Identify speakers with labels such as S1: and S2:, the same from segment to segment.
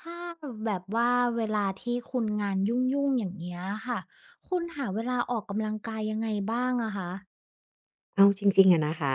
S1: ถ้าแบบว่าเวลาที่คุณงานยุ่งๆอย่างเงี้ยค่ะ คุณหาเวลาออกกำลังกายยังไงบ้างอะคะ
S2: เอาจริงๆอะนะคะ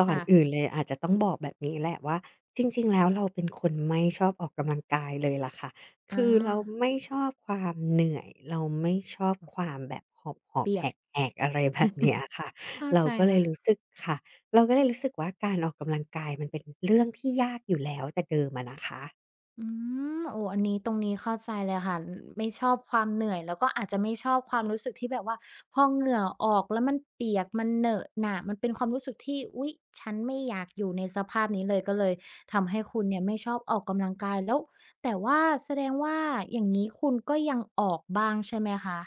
S2: ก่อน
S1: ค่ะ
S2: อื่นเลยอาจจะต้องบอกแบบนี้แหละว่าจริงๆแล้วเราเป็นคนไม่ชอบออกกำลังกายเลยล่ะค่ะ
S1: อา
S2: คือเราไม่ชอบความเหนื่อยเราไม่ชอบความแบบหอบ
S1: เปี
S2: ๆแ
S1: ยก
S2: หกๆอะไรแบบเนี้ยค่ะ
S1: เข้า
S2: เรา
S1: ใจ
S2: ก็เลย
S1: ค่ะ
S2: รู้สึกค่ะเราก็เลยรู้สึกว่าการออกกำลังกายมันเป็นเรื่องที่ยากอยู่แล้วแต่เดิมอะนะคะ
S1: อืมโอ้อันนี้ตรงนี้เข้าใจเลยค่ะไม่ชอบความเหนื่อยแล้วอาจจะไม่ชอบความรู้สึกที่แบบว่าพอเหงื่อออกแล้วมันเปียกมันเหนอะหนะมันเป็นความรู้สึกที่อุ๊ยฉันไม่อยากอยู่ในสภาพนี้เลยก็เลยทำให้คุณเนี่ยไม่ชอบออกกำลังกายแล้วแต่ว่าแสดงว่าอย่างงี้คุณก็ยังออกบ้างใช่ไหมคะ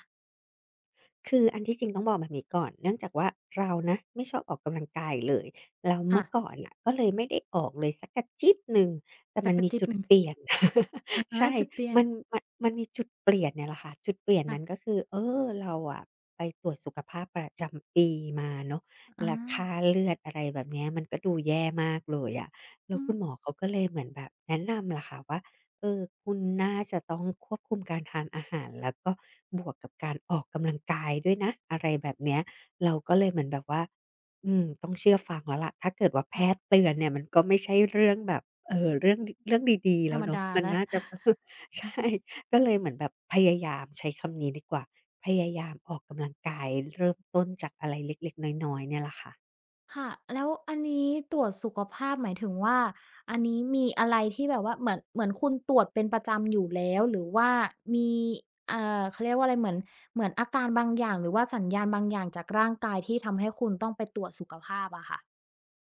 S2: คืออันที่จริงต้องบอกแบบนี้ก่อนเนื่องจากว่าเรานะไม่ชอบออกกำลังกายเลยแล้ว
S1: ค่ะ
S2: เมื่อก่อนน่ะก็เลยไม่ได้ออกเลยสักกระจิ๊ดหนึ่งแต่
S1: สั
S2: มั
S1: ก
S2: น
S1: กะ
S2: มี
S1: จิบ
S2: จุด
S1: หนึ่ง
S2: เปลี่ยน
S1: อะ ฮะ
S2: ใช่
S1: จุดเปลี่ยน
S2: มันมันมีจุดเปลี่ยนเนี่ยแหละค่ะจุดเปลี่ยนนั้นก็
S1: ค่ะ
S2: คือเออเราอะไปตรวจสุขภาพประจำปีมาเนาะ
S1: อา
S2: ราคาเลือดอะไรแบบเนี้ยมันก็ดูแย่มากเลยอะแล้ว
S1: อื
S2: คุ
S1: ม
S2: ณหมอเขาก็เลยเหมือนแบบแนะนำล่ะค่ะว่า เออคุณน่าจะต้องควบคุมการทานอาหารแล้วก็บวกกับการออกกำลังกายด้วยนะอะไรแบบเนี้ยเราก็เลยเหมือนแบบว่าอืมต้องเชื่อฟังแล้วล่ะถ้าเกิดว่าแพ
S1: ค่ะ
S2: ทย์เตือนเนี่ยมันก็ไม่ใช่เรื่องแบบ
S1: อืม
S2: เรื่องดีๆ
S1: ธร
S2: แล้ว
S1: รม
S2: เนาะ
S1: ดา
S2: มัน
S1: แล้ว
S2: น่าจะ ใช่ก็เลยเหมือนแบบพยายามใช้คำนี้ดีกว่าพยายามออกกำลังกายเริ่มต้นจากอะไรเล็กๆน้อยๆเนี่ยแหละค่ะ
S1: ค่ะแล้วอันนี้ตรวจสุขภาพหมายถึงว่าอันนี้มีอะไรที่แบบว่าเหมือนคุณตรวจเป็นประจำอยู่แล้วหรือว่ามีเขาเรียกว่าอะไรเหมือนอาการบางอย่างหรือว่าสัญญาณบางอย่างจากร่างกายที่ทำให้คุณต้องไปตรวจสุขภาพอะค่ะ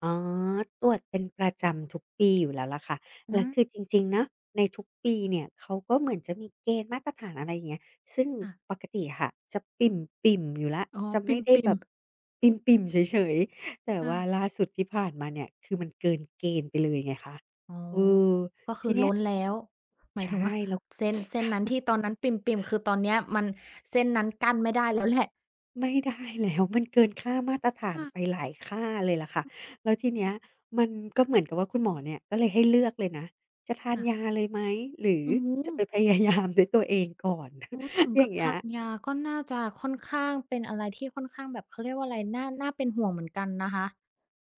S2: อ๋อตรวจเป็นประจำทุกปีอยู่แล้วล่ะค่ะ
S1: อื
S2: แล้ว
S1: ม
S2: คือจริงๆนะในทุกปีเนี่ยเขาก็เหมือนจะมีเกณฑ์มาตรฐานอะไรอย่างเงี้ยซึ่งป
S1: ค่ะ
S2: กติค่ะจะปิ่มๆอยู่แล้ว
S1: อ๋อ
S2: จะ
S1: ปิ
S2: ไม่ได้แบ
S1: ่ม
S2: บ
S1: ๆ
S2: ปิ่มๆเฉยๆ แต่
S1: ค่
S2: ว่าล่าสุดที่ผ่านมาเนี่ยคือมันเกินเกณฑ์ไปเลยไงคะ
S1: อ๋อ
S2: เออ
S1: ก็คื
S2: ที
S1: อ
S2: เนี้
S1: ล้
S2: ย
S1: นแล้วหมาย
S2: ใช่
S1: ถึงว่า
S2: แล้ว
S1: เส้นนั้นที่ตอนนั้นปิ่มๆคือตอนเนี้ยมันเส้นนั้นกั้นไม่ได้แล้วแหละ
S2: ไม่ได้แล้ว มันเกินค่ามาตรฐานไป
S1: ค่ะ
S2: หลายค่าเลยล่ะค่ะแล้วทีเนี้ยมันก็เหมือนกับว่าคุณหมอเนี่ยก็เลยให้เลือกเลยนะจะทานยา
S1: ค่ะ
S2: เลยไหมหรือ
S1: โอ้โฮ
S2: จะไปพยายามด้วยตัวเองก่อน
S1: โอ้ถึง
S2: อย่า
S1: กับ
S2: งเงี้ย
S1: ทานยาก็น่าจะค่อนข้างเป็นอะไรที่ค่อนข้างแบบเขาเรียกว่าอะไรน่าเป็นห่วงเหมือนกันนะคะ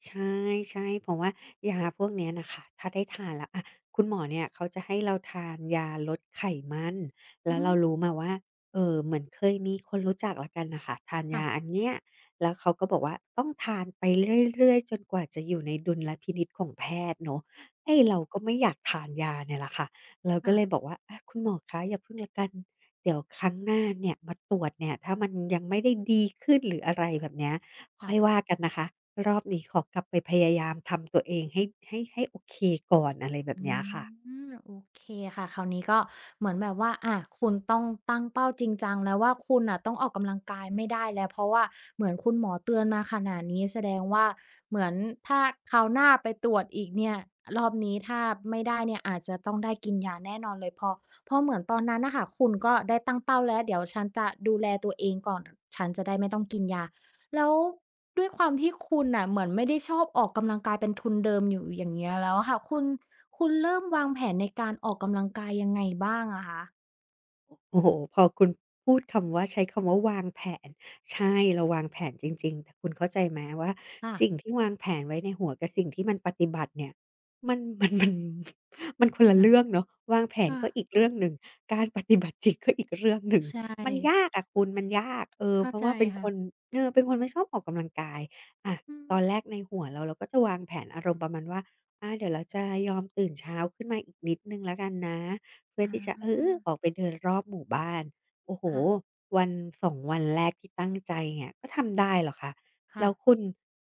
S2: ใช่ๆเพราะว่ายาพวกเนี้ยน่ะค่ะถ้าได้ทานแล้วอะคุณหมอเนี่ยเขาจะให้เราทานยาลดไขมันแล้
S1: อื
S2: วเรา
S1: ม
S2: รู้มาว่าเหมือนเคยมีคนรู้จักแล้วกันน่ะค่ะทานยาอัน
S1: ค่ะ
S2: เนี้ยแล้วเขาก็บอกว่าต้องทานไปเรื่อยๆจนกว่าจะอยู่ในดุลพินิจของแพทย์เนาะไอ้
S1: อืม
S2: เราก็ไม่อยากทานยาเนี่ยแหละค่ะเราก็เลยบ
S1: ค่ะ
S2: อกว่าอะคุณหมอคะอย่าพึ่งแล้วกันเดี๋ยวครั้งหน้าเนี่ยมาตรวจเนี่ยถ้ามันยังไม่ได้ดีขึ้นหรืออะไรแบบเนี้ย ค่อยว่า
S1: ค่ะ
S2: กันนะคะรอบนี้ขอกลับไปพยายามทำตัวเองให้ให้โอเคก่อนอะไรแบบ
S1: อื
S2: เนี้ยค่ะ
S1: มโอเคค่ะคราวนี้ก็เหมือนแบบว่าอะคุณต้องตั้งเป้าจริงจังแล้วว่าคุณน่ะต้องออกกำลังกายไม่ได้แล้วเพราะว่าเหมือนคุณหมอเตือนมาขนาดนี้แสดงว่าเหมือนถ้าคราวหน้าไปตรวจอีกเนี่ยรอบนี้ถ้าไม่ได้เนี่ยอาจจะต้องได้กินยาแน่นอนเลยเพราะเหมือนตอนนั้นน่ะค่ะคุณก็ได้ตั้งเป้าแล้วเดี๋ยวฉันจะดูแลตัวเองก่อนฉันจะได้ไม่ต้องกินยา แล้วด้วยความที่คุณน่ะเหมือนไม่ได้ชอบออกกำลังกายเป็นทุนเดิมอยู่อย่างเงี้ยแล้วอะค่ะคุณเริ่มวางแผนในการออกกำลังกายยังไงบ้างอะคะ
S2: โอ้โหพอคุณพูดคำว่าใช้คำว่าวางแผนใช่เราวางแผนจริงๆแต่คุณเข้าใจไหมว่า
S1: ค่ะ
S2: สิ่งที่วางแผนไว้ในหัวกับสิ่งที่มันปฏิบัติเนี่ยมัน มันคนละเรื่องเนาะวางแผนก็อีกเรื่องหนึ่งการปฏิบัติจริงก็อีกเรื่องหนึ่งมัน
S1: ใช่
S2: ยากอะคุณมันยากเออ
S1: เข้า
S2: เพราะ
S1: ใจ
S2: ว่าเป็นค
S1: ค่ะ
S2: นเออเป็นคนไม่ชอบออกกำลังกายอะ
S1: อื
S2: ต
S1: ม
S2: อนแรกในหัวเราก็จะวางแผนอารมณ์ประมาณว่าอาเดี๋ยวเราจะยอมตื่นเช้าขึ้นมาอีกนิดหนึ่งแล้วกันนะ เพื่อที่จะเอ
S1: อา
S2: อออกไปเดินรอบหมู่บ้านโอ้โห
S1: ค่ะ
S2: วัน2วันแรกที่ตั้งใจเนี่ยก็ทำได้เหรอคะแล้ว
S1: ค่ะ
S2: คุณ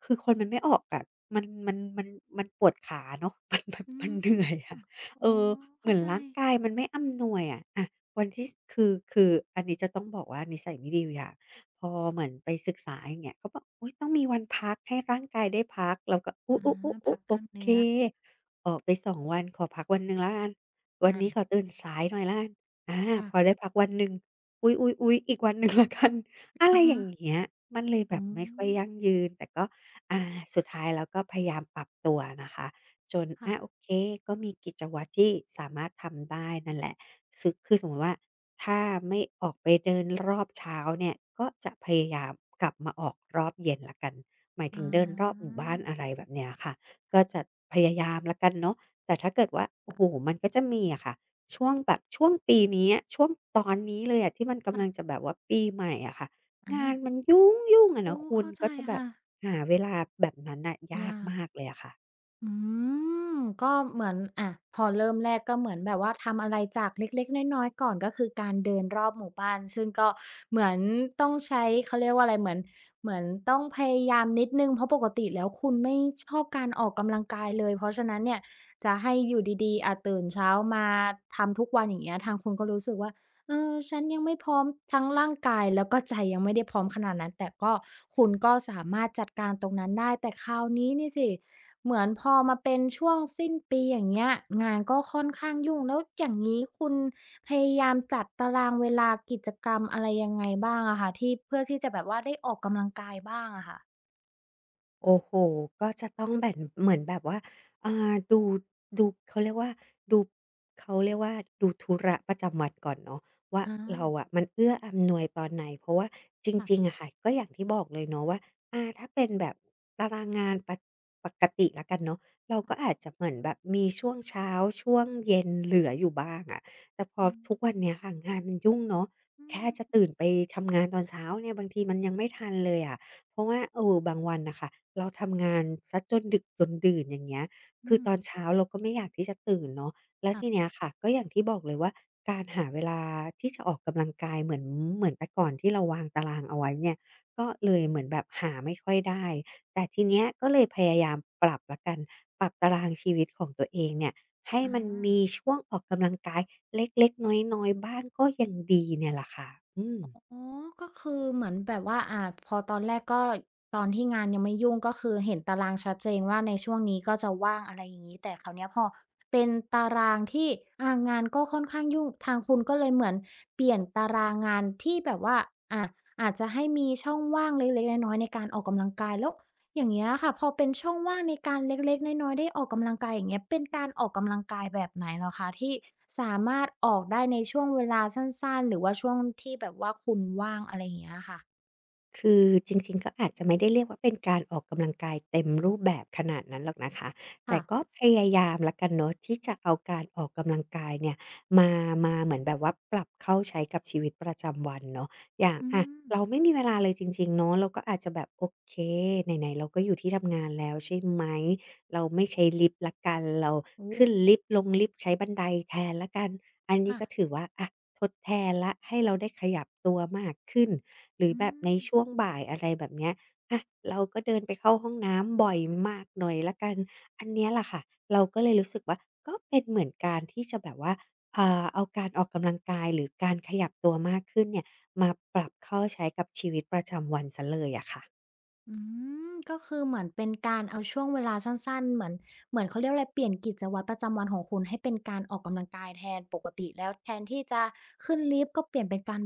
S2: คือคนมันไม่ออกอะมันมันปวดขาเนาะ มันแบบ
S1: อื
S2: มัน
S1: ม
S2: เหนื่อยอะ
S1: อ๋
S2: เอ
S1: อ
S2: อเหมื
S1: เข้า
S2: อน
S1: ใจ
S2: ร่างกายมันไม่อำนวยอะอะวันที่คืออันนี้จะต้องบอกว่านิสัยไม่ดีอยู่อย่างพอเหมือนไปศึกษาอย่างเงี้ยเขาบอกอุยต้องมีวันพักให้ร่างกายได้พักเราก็อุ๊
S1: อา
S2: ๆๆ
S1: พัก
S2: ๆ
S1: ก
S2: โอ
S1: ล้าม
S2: เค
S1: เนื้อ
S2: ออกไป2วันขอพักวันหนึ่งแล้วกัน วัน
S1: อา
S2: นี้ขอตื่นสายหน่อยแล้วกันอา
S1: ค่ะ
S2: พอได้พักวันหนึ่งอุ๊ยๆๆอีกวันหนึ่งแล้วกัน อะไร
S1: อะ
S2: อ
S1: ฮะ
S2: ย่างเงี้ย มันเลยแบ
S1: อ๋
S2: บไม่ค่อยยั่
S1: อ
S2: งยืน แต่ก็อาสุดท้ายแล้วก็พยายามปรับตัวนะคะ จน
S1: ค่ะ
S2: อาโอเค ก็มีกิจวัตรที่สามารถทำได้นั่นแหละ คือสมมุติว่า ถ้าไม่ออกไปเดินรอบเช้าเนี่ยก็จะพยายามกลับมาออกรอบเย็นแล้วกันหมายถึ
S1: อา
S2: งเดินรอบหมู่บ้านอะไรแบบเนี้ยค่ะก็จะพยายามแล้วกันเนาะ แต่ถ้าเกิดว่าโอ้โฮ
S1: ค่ะ
S2: มันก็จะมีอะค่ะช่วงแบบช่วงปีนี้อะช่วงตอนนี้เลยอะที่มันกำลังจะ
S1: ค่ะ
S2: แบบว่าปีใหม่อะค่ะงานมั
S1: อา
S2: นยุ่งๆอะ
S1: โอ้
S2: เนาะคุณ
S1: เข้าใจ
S2: ก็จะแบบ
S1: ค่ะ
S2: หาเวลาแบบนั้นน่ะยาก
S1: ยาก
S2: มากเลยอะค่ะ
S1: อืมก็เหมือนอะพอเริ่มแรกก็เหมือนแบบว่าทำอะไรจากเล็กๆน้อยๆก่อนก็คือการเดินรอบหมู่บ้านซึ่งก็เหมือนต้องใช้เขาเรียกว่าอะไรเหมือนเหมือนต้องพยายามนิดหนึ่งเพราะปกติแล้วคุณไม่ชอบการออกกำลังกายเลยเพราะฉะนั้นเนี่ยจะให้อยู่ดีๆอะตื่นเช้ามาทำทุกวันอย่างเงี้ยทางคุณก็รู้สึกว่า เออฉันยังไม่พร้อมทั้งร่างกายแล้วก็ใจยังไม่ได้พร้อมขนาดนั้นแต่ก็คุณก็สามารถจัดการตรงนั้นได้แต่คราวนี้นี่สิเหมือนพอมาเป็นช่วงสิ้นปีอย่างเงี้ยงานก็ค่อนข้างยุ่งแล้วอย่างงี้คุณพยายามจัดตารางเวลากิจกรรมอะไรยังไงบ้างอะคะที่เพื่อที่จะแบบว่าได้ออกกำลังกายบ้างอะค่ะ
S2: โอ้โฮก็จะต้องแบบนเหมือนแบบว่าอ่าดูดูเขาเรียกว่าดูเขาเรียกว่าดูธุระประจำวันก่อนเนาะว่า
S1: อ
S2: เรา
S1: า
S2: อะมันเอื้ออำนวยตอนไหนเพราะว่าจริงๆ
S1: ค่
S2: อะค่ะก็อย่างที่บอกเลยเนาะว่าถ้าเป็นแบบตารางงานปะปกติแล้วกันเนาะเราก็
S1: ะ
S2: อา
S1: ๆ
S2: จจะเหมือนแบบมีช่วงเช้าช่วงเย็นเหลืออยู่บ้างอะแต่พอ
S1: อืม
S2: ทุกวันเนี้ยค่ะงานมันยุ่งเนาะ
S1: อื
S2: แค่
S1: ม
S2: จะตื่นไปทำงานตอนเช้าเนี่ยบางทีมันยังไม่ทันเลยอะ เพราะว่าเออบางวันน่ะค่ะเราทำงานเสียจนดึกจนดื่นอย่างเงี้ยคื
S1: อื
S2: อ
S1: ม
S2: ตอนเช้าเราก็ไม่อยากที่จะตื่นเนาะแล้วที
S1: ค่ะ
S2: เนี้ยค่ะก็อย่างที่บอกเลยว่าการหาเวลาที่จะออกกำลังกายเหมือนแต่ก่อนที่เราวางตารางเอาไว้เนี่ยก็เลยเหมือนแบบหาไม่ค่อยได้แต่ทีเนี้ยก็เลยพยายามปรับแล้วกันปรับตารางชีวิตของตัวเองเนี่ยให้
S1: อ
S2: มันมี
S1: า
S2: ช่วงออกกำลังกายเล็กๆน้อยๆบ้างก็ยังดีเนี่ยแหละค่ะอืม
S1: อ๋อก็คือเหมือนแบบว่าพอตอนแรกก็ตอนที่งานยังไม่ยุ่งก็คือเห็นตารางชัดเจนว่าในช่วงนี้ก็จะว่างอะไรอย่างงี้แต่คราวเนี้ยพอเป็นตารางที่งานก็ค่อนข้างยุ่งทางคุณก็เลยเหมือนเปลี่ยนตารางงานที่แบบว่าอ่าอาจจะให้มีช่องว่างเล็กๆน้อยๆในการออกกำลังกายแล้ว อย่างเงี้ยค่ะพอเป็นช่องว่างในการเล็กๆน้อยๆได้ออกกำลังกายอย่างเงี้ยเป็นการออกกำลังกายแบบไหนเหรอคะที่สามารถออกได้ในช่วงเวลาสั้นๆหรือว่าช่วงที่แบบว่าคุณว่างอะไรอย่างเงี้ยค่ะ
S2: คือจริงๆก็อาจจะไม่ได้เรียกว่าเป็นการออกกำลังกายเต็มรูปแบบขนาดนั้นหรอกนะคะแต่
S1: ค่ะ
S2: ก็พยายามละกันเนาะที่จะเอาการออกกำลังกายเนี่ยมามาเหมือนแบบว่าปรับเข้าใช้กับชีวิตประจำวันเนาะอย่าง
S1: อื
S2: อะ
S1: ม
S2: เราไม่มีเวลาเลยจริงๆเนาะเราก็อาจจะแบบโอเคไหนๆเราก็อยู่ที่ทำงานแล้วใช่ไหม เราไม่ใช้ลิฟต์ละกันเรา
S1: โอ้โฮ
S2: ขึ้นลิฟต์ลงลิฟต์ใช้บันไดแทนละกันอันนี้
S1: ค่ะ
S2: ก็ถือว่าอะทดแทนแล้วให้เราได้ขยับตัวมากขึ้นหรือ
S1: อื
S2: แบบใน
S1: ม
S2: ช่วงบ่ายอะไรแบบเนี้ยอะเราก็เดินไปเข้าห้องน้ำบ่อยมากหน่อยละกันอันเนี้ยแหละค่ะเราก็เลยรู้สึกว่าก็เป็นเหมือนการที่จะแบบว่าเอาการออกกำลังกายหรือการขยับตัวมากขึ้นเนี่ยมาปรับเข้าใช้กับชีวิตประจำวันเสียเลยอะค่ะ
S1: อืมก็คือเหมือนเป็นการเอาช่วงเวลาสั้นๆเหมือนเขาเรียกอะไรเปลี่ยนกิจวัตรประจำวันของคุณให้เป็นการออกกำลังกายแทนปกติแล้วแทนที่จะขึ้นลิฟต์ก็เปลี่ยนเป็นการ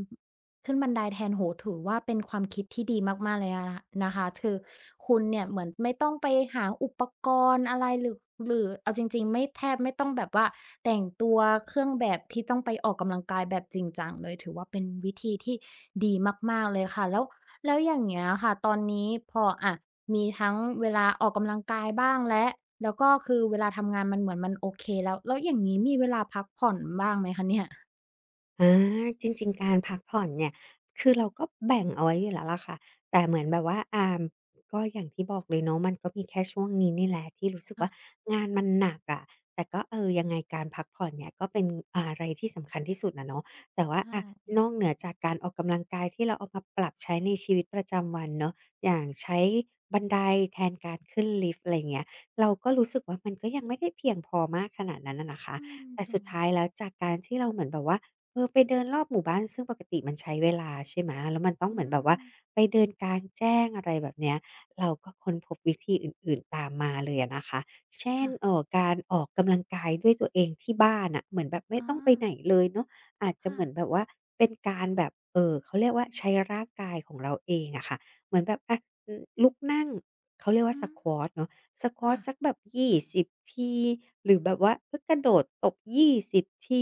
S1: ขึ้นบันไดแทนโอ้โฮถือว่าเป็นความคิดที่ดีมากๆเลยนะคะคือคุณเนี่ยเหมือนไม่ต้องไปหาอุปกรณ์อะไรหรือเอาจริงๆไม่แทบไม่ต้องแบบว่าแต่งตัวเครื่องแบบที่ต้องไปออกกำลังกายแบบจริงจังเลยถือว่าเป็นวิธีที่ดีมากๆเลยค่ะแล้ว แล้วอย่างเงี้ยค่ะตอนนี้พออะมีทั้งเวลาออกกำลังกายบ้างแล้วแล้วก็คือเวลาทำงานมันเหมือนมันโอเคแล้วแล้วอย่างงี้มีเวลาพักผ่อนบ้างไหมคะเนี่ย
S2: อาจริงๆการพักผ่อนเนี่ยคือเราก็แบ่งเอาไว้อยู่แล้วล่ะค่ะแต่เหมือนแบบว่าอามก็อย่างที่บอกเลยเนาะมันก็มีแค่ช่วงนี้นี่แหละที่รู้สึก
S1: ค่ะ
S2: ว่างานมันหนักอะะแต่ก็เออยังไงการพักผ่อนเนี่ยก็เป็นอะไรที่สำคัญที่สุดนะเนาะแต่ว่า
S1: ใช่
S2: อะนอกเหนือจากการออกกำลังกายที่เราเอามาปรับใช้ในชีวิตประจำวันเนาะอย่างใช้บันไดแทนการขึ้นลิฟต์อะไร่เงี้ยเราก็รู้สึกว่ามันก็ยังไม่ได้เพียงพอมากขนาดนั้นอะนะคะ
S1: อืม
S2: แต่
S1: จริ
S2: สุ
S1: ง
S2: ด
S1: ค่ะ
S2: ท้ายแล้วจากการที่เราเหมือนแบบว่า เออไปเดินรอบหมู่บ้านซึ่งปกติมันใช้เวลาใช่ไหม แล้วมันต้อง
S1: อื
S2: เหมือนแบบว่า
S1: ม
S2: ไปเดินกลางแจ้งอะไรแบบเนี้ยเราก็ค้นพบวิธีอื่นๆตามมาเลยอะนะคะ เช่น
S1: ค่ะ
S2: การออกกำลังกายด้วยตัวเองที่บ้านน่ะเหมือนแบบไม่
S1: อ๋อ
S2: ต้องไปไหนเลยเนาะอาจจะเห
S1: ค่ะ
S2: มือนแบบว่าเป็นการแบบเขาเรียกว่าใช้ร่างกายของเราเองอะค่ะเหมือนแบบอะอือลุกนั่งเขาเรียกว่า
S1: อืม
S2: squat เนาะ สควอ t
S1: ค่ะ
S2: สักแบบ20ทีหรือแบบว่าเอ๊ยกระโดดตบ20ที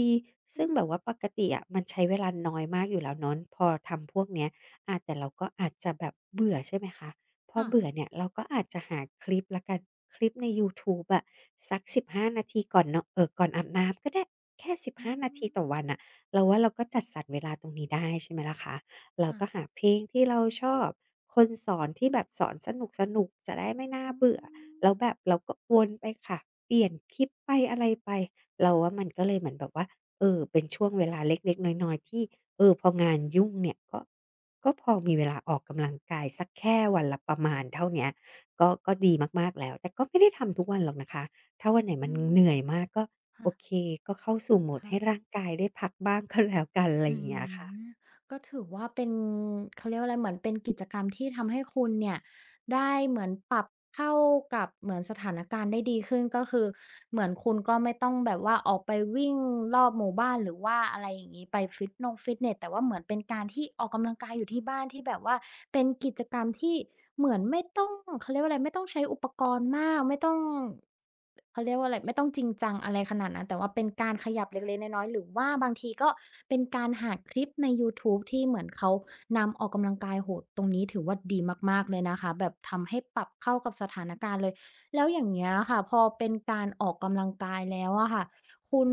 S1: อื
S2: ซึ่ง
S1: ม
S2: แบบว่าปกติอะมันใช้เวลาน้อยมากอยู่แล้วเนาะพอทำพวกเนี้ยอาแต่เราก็อาจจะแบบเบื่อใช่ไหมคะพอ
S1: ค่ะ
S2: เบื่อเนี่ยเราก็อาจจะหาคลิปแล้วกันคลิปในยูทูบอะสัก15นาทีก่อนนอนก่อนอาบน้ำก็ได้แค่
S1: อื
S2: 15นาทีต่อ
S1: ม
S2: วันน่ะเราว่าเราก็จัดสรรเวลาตรงนี้ได้ใช่ไหมล่ะคะเรา
S1: ค่ะ
S2: ก็หาเพลงที่เราชอบคนสอนที่แบบสอนสนุกๆจะได้ไม่น่า
S1: อื
S2: เบื่อ
S1: ม
S2: แล้วแบบเราก็วนไปค่ะเปลี่ยนคลิปไปอะไรไปเราว่ามันก็เลยเหมือนแบบว่าเออเป็นช่วงเวลาเล็กๆน้อยๆที่เออพองานยุ่งเนี่ยก็ก็พอมีเวลาออกกำลังกายสักแค่วันละประมาณเท่าเนี้ยก็ก็ดีมากๆแล้วแต่ก็ไม่ได้ทำทุกวันหรอกนะคะถ้าวันไหนมั
S1: อื
S2: นเหนื่
S1: ม
S2: อยมากก็โอ
S1: ค่ะ
S2: เคก็เข้าสู่โหมด
S1: พั
S2: ให้
S1: ก
S2: ร่างกายได้พักบ้างก็แล้วกันอะไรอ
S1: อื
S2: ย่างเงี้ยค่ะ
S1: มก็ถือว่าเป็นเขาเรียกว่าอะไรเหมือนเป็นกิจกรรมที่ทำให้คุณเนี่ยได้เหมือนปรับเข้ากับเหมือนสถานการณ์ได้ดีขึ้นก็คือเหมือนคุณก็ไม่ต้องแบบว่าออกไปวิ่งรอบหมู่บ้านหรือว่าอะไรอย่างงี้ไปฟิตนงฟิตเนสแต่ว่าเหมือนเป็นการที่ออกกำลังกายอยู่ที่บ้านที่แบบว่าเป็นกิจกรรมที่เหมือนไม่ต้องเขาเรียกว่าอะไรไม่ต้องใช้อุปกรณ์มากไม่ต้อง เขาเรียกว่าอะไรไม่ต้องจริงจังอะไรขนาดนั้นแต่ว่าเป็นการขยับเล็กๆน้อยๆหรือว่าบางทีก็เป็นการหาคลิปในยูทูบที่เหมือนเขานำออกกำลังกายโอ้โฮตรงนี้ถือว่าดีมากๆเลยนะคะแบบทำให้ปรับเข้ากับสถานการณ์เลยแล้วอย่างเงี้ยค่ะพอเป็นการออกกำลังกายแล้วอะค่ะคุณ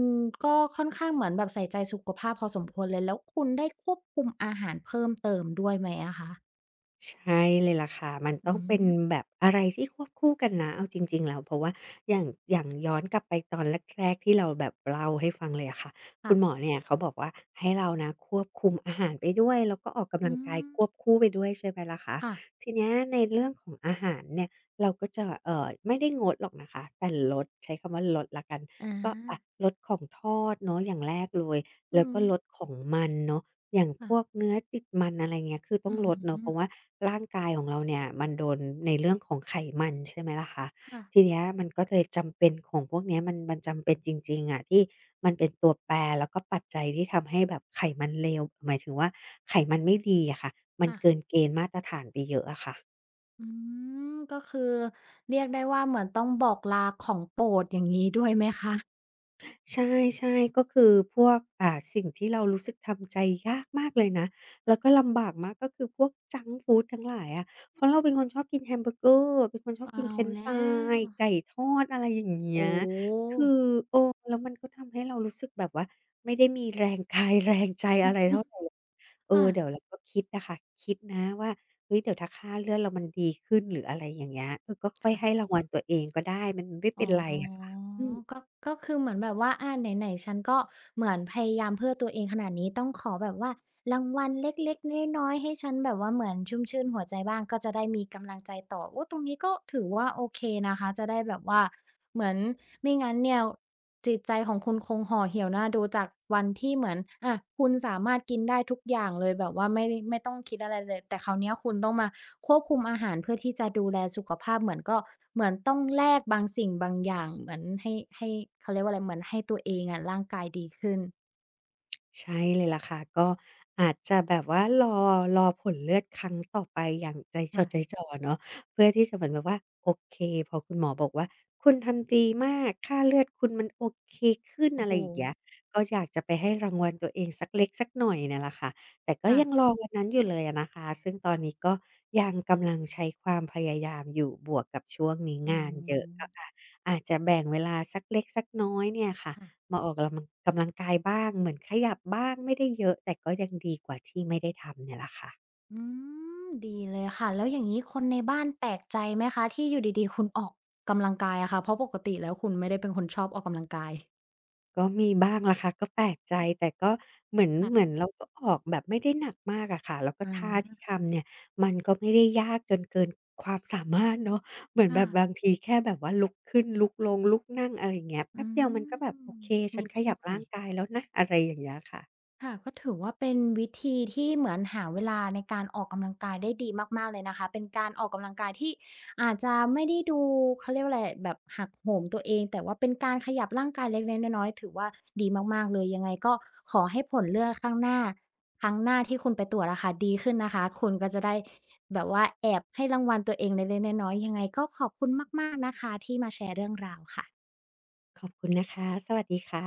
S1: ก็ค่อนข้างเหมือนแบบใส่ใจสุขภาพพอสมควรเลยแล้วคุณได้ควบคุมอาหารเพิ่มเติมด้วยไหมอะคะ
S2: ใช่เลยล่ะค่ะมันต้
S1: อื
S2: องเป็น
S1: ม
S2: แบบอะไรที่ควบคู่กันนะเอาจริงๆแล้วเพราะว่าอย่างย้อนกลับไปตอนแรกๆที่เราแบบเล่าให้ฟังเลยอะค่ะคุ
S1: ค่ะ
S2: ณหมอเนี่ยเขาบอกว่าให้เรานะควบคุมอาหารไปด้วยแล้วก็ออกกำลั
S1: อื
S2: งกาย
S1: ม
S2: ควบคู่ไปด้วยใช่ไหมล่ะคะ
S1: ค่ะ
S2: ทีเนี้ยในเรื่องของอาหารเนี่ยเราก็จะไม่ได้งดหรอกนะคะแต่ลดใช้คำว่าลดแล้วกัน
S1: อา
S2: ก็อะลดของทอดเนาะอย่างแรกเลย
S1: อื
S2: แล้ว
S1: ม
S2: ก็ลดของมันเนาะ อย่างพวก
S1: ค่ะ
S2: เนื้อติดมันอะไรเงี้ยคือต้อ
S1: อื
S2: ง
S1: อฮ
S2: ลดเนาะ
S1: ึ
S2: เพราะว่าร่างกายของเราเนี่ยมันโดนในเรื่องของไขมันใช่ไหมล่ะคะ
S1: ค่ะ
S2: ทีเนี้ยมันก็เลยจำเป็นของพวกเนี้ยมันจำเป็นจริงๆอะที่มันเป็นตัวแปรแล้วก็ปัจจัยที่ทำให้แบบไขมันเลวหมายถึงว่าไขมันไม่ดีอะค่ะมัน
S1: ค่ะ
S2: เกินเกณฑ์มาตรฐานไปเยอะอะค่ะ
S1: อืมก็คือเรียกได้ว่าเหมือนต้องบอกลาของโปรดอย่างงี้ด้วยไหมคะ
S2: ใช่ๆก็คือพวกสิ่งที่เรารู้สึกทำใจยากมากเลยนะแล้วก็ลำบากมากก็คือพวกจังก์ฟูดทั้งหลายอะเพราะเราเป็นคนชอบกินแฮมเบอร์เกอร์เป็นคนชอบกิน
S1: เอา
S2: เฟรนช์
S1: แล
S2: ฟรา
S1: ้ว
S2: ยไก่ทอดอะไรอย่างเงี้
S1: โอ้
S2: ย คือเออแล้วมันก็ทำให้เรารู้สึกแบบว่าไม่ได้มีแรงกายแรงใจอะไรเท่า
S1: โฮ
S2: ไรเออ
S1: ค่ะ
S2: เดี๋ยวเราก็คิดอะค่ะคิดนะว่าเฮ้ยเดี๋ยวถ้าค่าเลือดเรามันดีขึ้นหรืออะไรอย่างเงี้ยเออก็ค่อยให้
S1: ค่ะ
S2: รางวัลตัวเองก็ได้มันไม่
S1: อ๋
S2: เป็นไรอะ
S1: อ
S2: ค่ะอืม
S1: ก็ก็คือเหมือนแบบว่าอาไหนๆ ฉันก็เหมือนพยายามเพื่อตัวเองขนาดนี้ต้องขอแบบว่า รางวัลเล็กๆน้อยๆให้ฉันแบบว่าเหมือนชุ่มชื่นหัวใจบ้างก็จะได้มีกำลังใจต่อโอ้ตรงนี้ก็ถือว่าโอเคนะคะจะได้แบบว่าเหมือนไม่งั้นเนี่ยจิตใจของคุณคงห่อเหี่ยวน่าดูจากวันที่เหมือนอะคุณสามารถกินได้ทุกอย่างเลยแบบว่าไม่ต้องคิดอะไรเลยแต่คราวเนี้ยคุณต้องมาควบคุมอาหารเพื่อที่จะดูแลสุขภาพเหมือนก็เหมือนต้องแลกบางสิ่งบางอย่างเหมือนให้เขาเรียกว่าอะไรเหมือนให้ตัวเองอะร่างกายดีขึ้น
S2: ใช่เลยล่ะค่ะก็อาจจะแบบว่ารอผลเลือดครั้งต่อไปอย่างใจจ
S1: ค่ะ
S2: ดใจจ่อเนาะเพื่อที่จะเหมือนแบบว่าโอเคพอคุณหมอบอกว่าคุณทำดีมากค่าเลือดคุณมันโอเคขึ้น
S1: โอ้
S2: อะไร
S1: โฮ
S2: อย่างเงี้ยก็อยากจะไปให้รางวัลตัวเองสักเล็กสักหน่อยเนี่ยแหละค่ะแต่ก็
S1: ค่ะ
S2: ยังรอวันนั้นอยู่เลยอะนะคะซึ่งตอนนี้ก็ยังกำลังใช้ความพยายามอยู่บวกกับช่วงนี้
S1: อื
S2: งานเยอะ
S1: ม
S2: ก็อาจจะแบ่งเวลาสักเล็กสักน้อยเนี่ยค่ะ
S1: ค่ะ
S2: มาออกกำลังกายบ้างเหมือนขยับบ้างไม่ได้เยอะแต่ก็ยังดีกว่าที่ไม่ได้ทำเนี่ยแหละค่ะ
S1: อืมดีเลยค่ะแล้วอย่างนี้คนในบ้านแปลกใจไหมคะที่อยู่ดีๆคุณออกกำลังกายอะค่ะเพราะปกติแล้วคุณไม่ได้เป็นคนชอบออกกำลังกาย
S2: ก็มีบ้างล่ะค่ะก็แปลกใจแต่ก็เหมือน
S1: ค่ะ
S2: เหมือนเราก็ออกแบบไม่ได้หนักมากอะค่ะแล้วก็
S1: อ
S2: ท่าที่
S1: า
S2: ทำเนี่ยมันก็ไม่ได้ยากจนเกินความสามารถเนาะเหมือนแบ
S1: ค่ะ
S2: บบางทีแค่แบบว่าลุกขึ้นลุกลงลุกนั่งอะไรอย่างเงี้ยแป๊
S1: อื
S2: บเดียวมั
S1: ม
S2: นก็แบบโอเคฉันขยั
S1: นิด
S2: บ
S1: ๆหน่อ
S2: ร่า
S1: ย
S2: ง
S1: ๆ
S2: กายแล้วนะอะไรอย่างเงี้ยค่ะ
S1: ค่ะก็ถือว่าเป็นวิธีที่เหมือนหาเวลาในการออกกำลังกายได้ดีมากๆเลยนะคะเป็นการออกกำลังกายที่อาจจะไม่ได้ดูเขาเรียกว่าอะไรแบบหักโหมตัวเองแต่ว่าเป็นการขยับร่างกายเล็กๆน้อยๆถือว่าดีมากๆเลยยังไงก็ขอให้ผลเลือดข้างหน้าครั้งหน้าที่คุณไปตรวจอะค่ะดีขึ้นนะคะคุณก็จะได้แบบว่าแอบให้รางวัลตัวเองเล็กๆน้อยๆยังไงก็ขอบคุณมากๆนะคะที่มาแชร์เรื่องราวค่ะ
S2: ขอบคุณนะคะสวัสดีค่ะ